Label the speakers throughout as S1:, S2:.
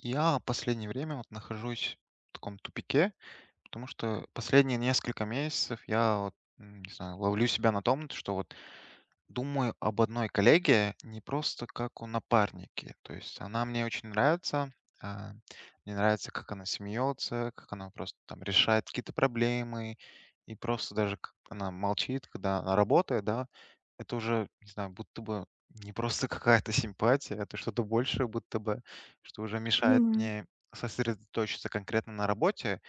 S1: Я в последнее время вот нахожусь в таком тупике. Потому что последние несколько месяцев я вот, не знаю, ловлю себя на том, что вот думаю об одной коллеге не просто как о напарнике. То есть она мне очень нравится. а, Мне нравится, как она смеется, как она просто там решает какие-то проблемы. И просто даже как она молчит, когда она работает, да, это уже, не знаю, будто бы не просто какая-то симпатия, это что-то большее будто бы, что уже мешает
S2: Понимаю,
S1: мне сосредоточиться конкретно на работе.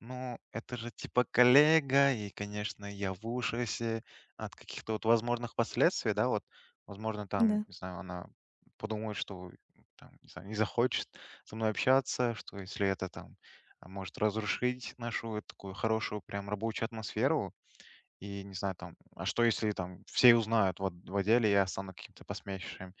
S1: Ну, это же типа коллега, и, конечно, я в ужасе от каких-то вот возможных последствий, да, вот, возможно, там,
S2: да,
S1: не знаю, она подумает, что, там, не знаю, не захочет со мной общаться, что если это там может разрушить нашу вот такую хорошую прям рабочую атмосферу, и, не знаю, там, а что если там все узнают, вот в отделе я стану каким-то посмешищем,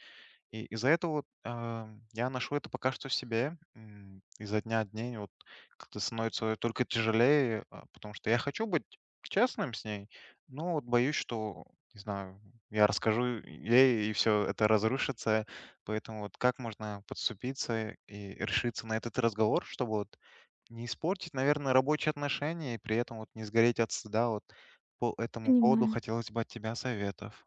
S1: и из-за этого я ношу это пока что в себе. Изо дня в день вот как-то становится только тяжелее, потому что я хочу быть честным с ней, но вот боюсь, что, не знаю, я расскажу ей, и все это разрушится. Поэтому вот как можно подступиться и решиться на этот разговор, чтобы вот не испортить, наверное, рабочие отношения и при этом вот не сгореть от стыда. Вот по этому поводу
S2: понимаю.
S1: хотелось бы от тебя советов.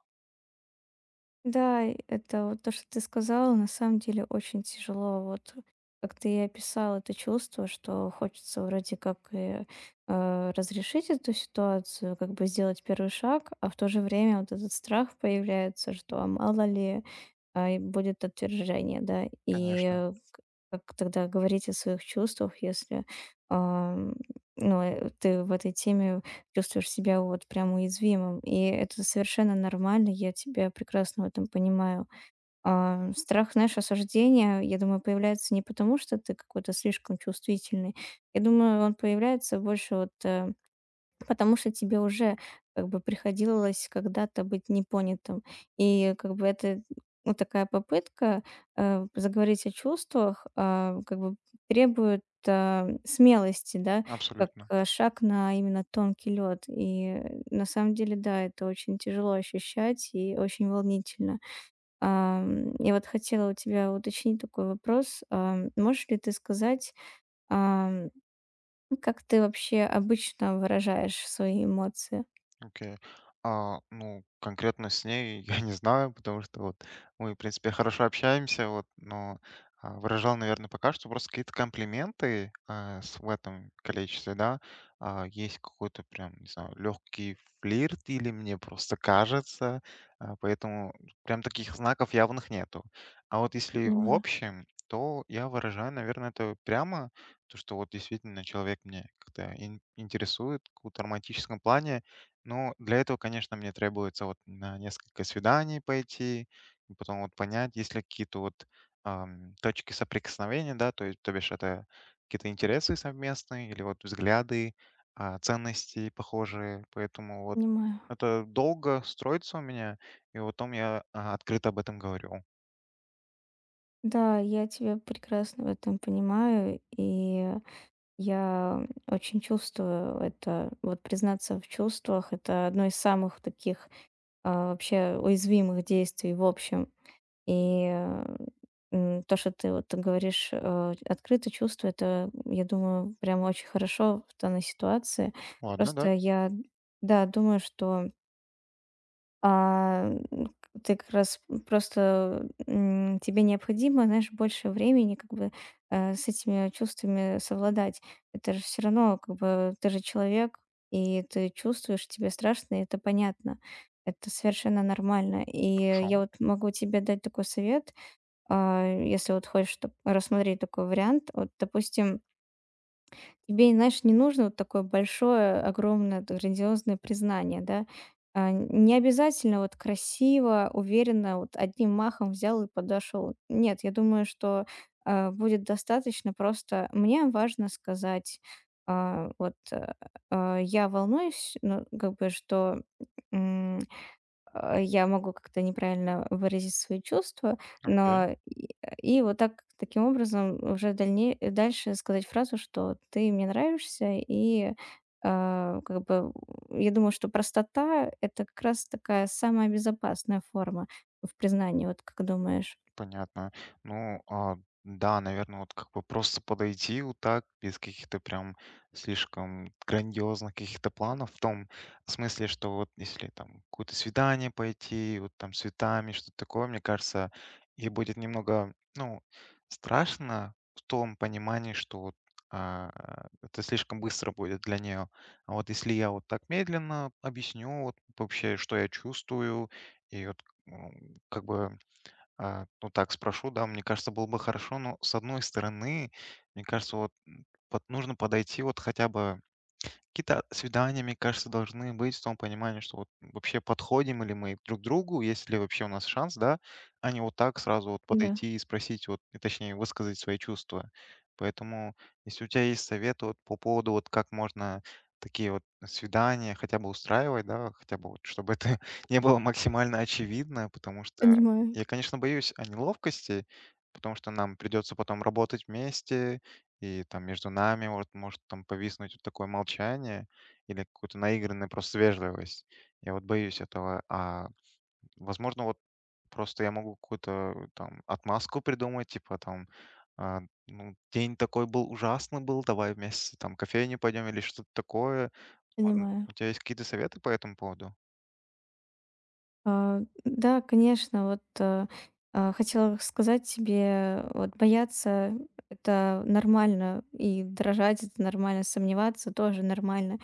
S2: Да, и это вот то, что ты сказала, на самом деле очень тяжело. Вот как ты и описала это чувство, что хочется вроде как и разрешить эту ситуацию, как бы сделать первый шаг, а в то же время вот этот страх появляется, что а мало ли и будет отвержение, да,
S1: Конечно,
S2: и как тогда говорить о своих чувствах, если ам, ну, ты в этой теме чувствуешь себя вот прям уязвимым, и это совершенно нормально, я тебя прекрасно в этом понимаю. А, страх, знаешь, осуждения, я думаю, появляется не потому, что ты какой-то слишком чувствительный. Я думаю, он появляется больше вот, потому что тебе уже как бы приходилось когда-то быть непонятым. И как бы это вот такая попытка заговорить о чувствах, а, как бы требует смелости, да, как
S1: абсолютно.
S2: шаг на именно тонкий лед. И на самом деле, да, это очень тяжело ощущать и очень волнительно. Я вот хотела у тебя уточнить такой вопрос. Можешь ли ты сказать, ам, как ты вообще обычно выражаешь свои эмоции?
S1: Окей. Ну, конкретно с ней я не знаю, потому что вот мы, в принципе, хорошо общаемся, вот, но выражал, наверное, пока что просто какие-то комплименты в этом количестве, да. Есть какой-то прям, не знаю, легкий флирт или мне просто кажется, поэтому прям таких знаков явных нету. А вот если в
S2: Понимаю,
S1: общем, то я выражаю, наверное, это прямо, то, что вот действительно человек мне как-то интересует в каком-то романтическом плане, ну, для этого, конечно, мне требуется вот на несколько свиданий пойти, и потом вот понять, есть ли какие-то вот точки соприкосновения, да, то есть, то бишь, это какие-то интересы совместные или вот взгляды, ценности похожие, поэтому вот
S2: понимаю.
S1: это долго строится у меня, и вот потом я открыто об этом говорю.
S2: Да, я тебя прекрасно в этом понимаю, и я очень чувствую это. Вот признаться в чувствах- это одно из самых таких, а, вообще уязвимых действий в общем. И, м, то, что ты вот говоришь, открыто чувства- это, я думаю, прямо очень хорошо в данной ситуации.
S1: Ладно, да,
S2: Просто я, да, думаю, что А, м, ты как раз просто, тебе необходимо, знаешь, больше времени как бы, с этими чувствами совладать. Это же всё равно как бы ты же человек, и ты чувствуешь, тебе страшно, и это понятно. Это совершенно нормально. И
S1: хорошо,
S2: я вот могу тебе дать такой совет, а, если вот хочешь чтоб рассмотреть такой вариант. Вот, допустим, тебе, знаешь, не нужно вот такое большое, огромное, т грандиозное признание, да. А, не обязательно вот красиво, уверенно, вот одним махом взял и подошел. Нет, я думаю, что, а, будет достаточно просто: "Мне важно сказать, а, вот, а, я волнуюсь", ну, как бы, что, а, я могу как-то неправильно выразить свои чувства,
S1: окей.
S2: но и вот так таким образом уже дальше сказать фразу, что ты мне нравишься, и а, как бы я думаю, что простота это как раз такая самая безопасная форма в признании, вот как думаешь?
S1: Понятно. Ну, да, наверное, вот как бы просто подойти вот так, без каких-то прям слишком грандиозных каких-то планов, в том смысле, что вот если там какое-то свидание пойти, вот там с цветами, что-то такое, мне кажется, и будет немного, ну, страшно в том понимании, что вот а, это слишком быстро будет для нее. А вот если я вот так медленно объясню вот вообще, что я чувствую, и вот как бы ну, так спрошу, да, мне кажется, было бы хорошо, но с одной стороны, мне кажется, вот, вот нужно подойти вот хотя бы. Какие-то свидания, мне кажется, должны быть в том понимании, что вот вообще подходим ли мы друг к другу, есть ли вообще у нас шанс, да, а не вот так сразу вот
S2: Да,
S1: подойти и спросить, вот, и точнее, высказать свои чувства. Поэтому, если у тебя есть советы вот по поводу, вот как можно такие вот свидания хотя бы устраивать, да, хотя бы вот, чтобы это не было максимально очевидно, потому что
S2: понимаю,
S1: я, конечно, боюсь о неловкости, потому что нам придется потом работать вместе, и там между нами вот может там повиснуть вот такое молчание или какую-то наигранную просто вежливость. Я вот боюсь этого. Возможно, вот просто я могу какую-то там отмазку придумать, типа там, а, ну, день такой был ужасный был, давай вместе там в кофейню пойдем или что-то такое. Возможно,
S2: понимаю.
S1: у тебя есть какие-то советы по этому поводу?
S2: А, да, конечно, вот, а, хотела сказать тебе, вот бояться- это нормально, и дрожать- это нормально, сомневаться- тоже нормально.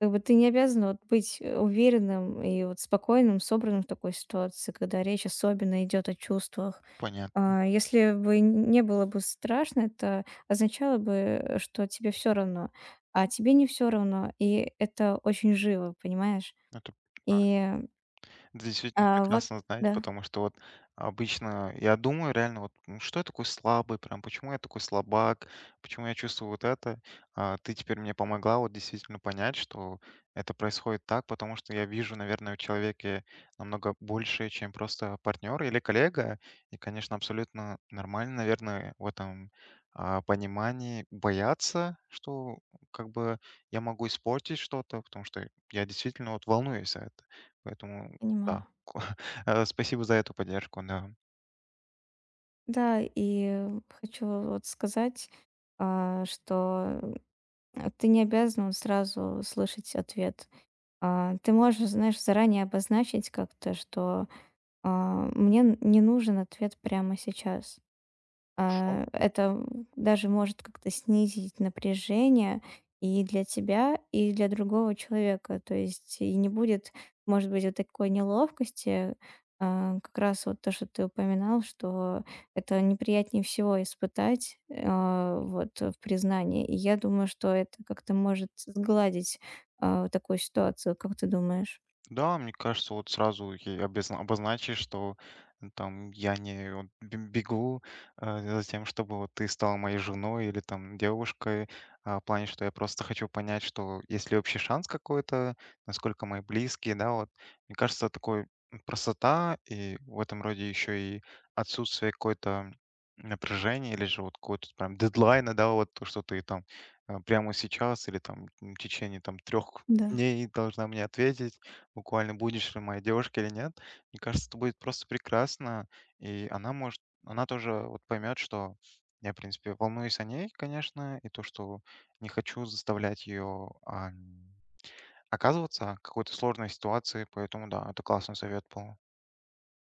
S2: Как бы ты не обязана вот быть, уверенным и вот спокойным, собранным в такой ситуации, когда речь особенно идет о чувствах.
S1: Понятно.
S2: А, если бы не было бы страшно, это означало бы, что тебе все равно, а тебе не все равно, и это очень живо, понимаешь?
S1: Это.
S2: И,
S1: Это действительно
S2: а, вот
S1: прекрасно знать,
S2: да,
S1: потому что вот обычно я думаю реально, вот ну, что я такой слабый, прям почему я такой слабак, почему я чувствую вот это. Ты теперь мне помогла вот действительно понять, что это происходит так, потому что я вижу, наверное, в человеке намного больше, чем просто партнер или коллега. И, конечно, абсолютно нормально, наверное, в этом понимании бояться, что как бы я могу испортить что-то, потому что я действительно вот волнуюсь за это. Поэтому
S2: понимаю.
S1: да. Спасибо за эту поддержку, да.
S2: Да, и хочу вот сказать, а, что ты не обязана вот сразу слышать ответ. А, ты можешь, знаешь, заранее обозначить как-то, что а, мне не нужен ответ прямо сейчас.
S1: Шо.
S2: А, это даже может как-то снизить напряжение и для тебя, и для другого человека. То есть и не будет, может быть, вот такой неловкости. А, как раз вот то, что ты упоминал, что это неприятнее всего испытать а, вот в признании. И я думаю, что это как-то может сгладить а, такую ситуацию. Как ты думаешь?
S1: Да, мне кажется, вот сразу ей обозначишь, что там я не вот бегу за тем, чтобы вот ты стала моей женой или там девушкой, в плане, что я просто хочу понять, что есть ли вообще шанс какой-то, насколько мои близкие, да, вот. Мне кажется, такой простота и в этом роде еще и отсутствие какой-то напряжения или же вот какой-то прям дедлайна, да, вот то, что ты там прямо сейчас или там в течение там трех
S2: Да,
S1: дней должна мне ответить буквально будешь ли моей девушкой или нет, мне кажется, это будет просто прекрасно. И она может, она тоже вот поймет, что я, в принципе, волнуюсь о ней, конечно, и то, что не хочу заставлять ее оказываться в какой-то сложной ситуации, поэтому да, это классный совет был.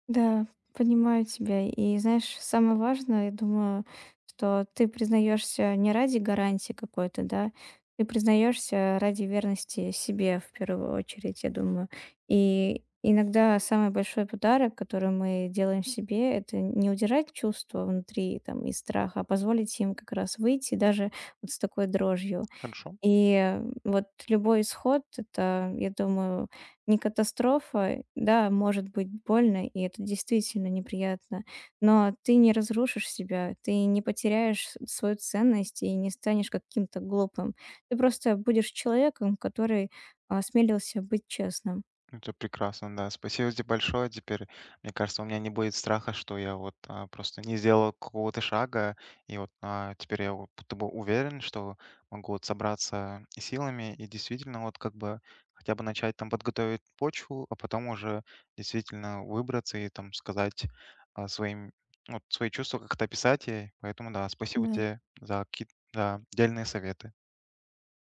S2: да, понимаю тебя. И знаешь, самое важное, я думаю, что ты признаешься не ради гарантии какой-то, да, ты признаешься ради верности себе в первую очередь, я думаю. И иногда самый большой подарок, который мы делаем себе, это не удирать чувства внутри там, и страха, а позволить им как раз выйти даже вот с такой дрожью.
S1: Хорошо.
S2: И вот любой исход- это, я думаю, не катастрофа. Да, может быть больно, и это действительно неприятно, но ты не разрушишь себя, ты не потеряешь с свою ценность и не станешь каким-то глупым. Ты просто будешь человеком, который а, осмелился быть честным.
S1: Это прекрасно, да. Спасибо тебе большое. Теперь, мне кажется, у меня не будет страха, что я вот просто не сделал какого-то шага, и вот теперь я вот будто бы уверен, что могу вот собраться и силами и действительно вот как бы хотя бы начать там подготовить почву, а потом уже действительно выбраться и там сказать своим вот свои чувства как-то описать ей. Поэтому да, спасибо
S2: Да.
S1: тебе за какие-то дельные советы.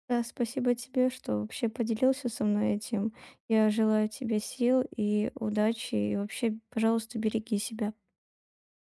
S2: Да, спасибо тебе, что вообще поделился со мной этим. Я желаю тебе сил и удачи, и вообще, пожалуйста, береги себя.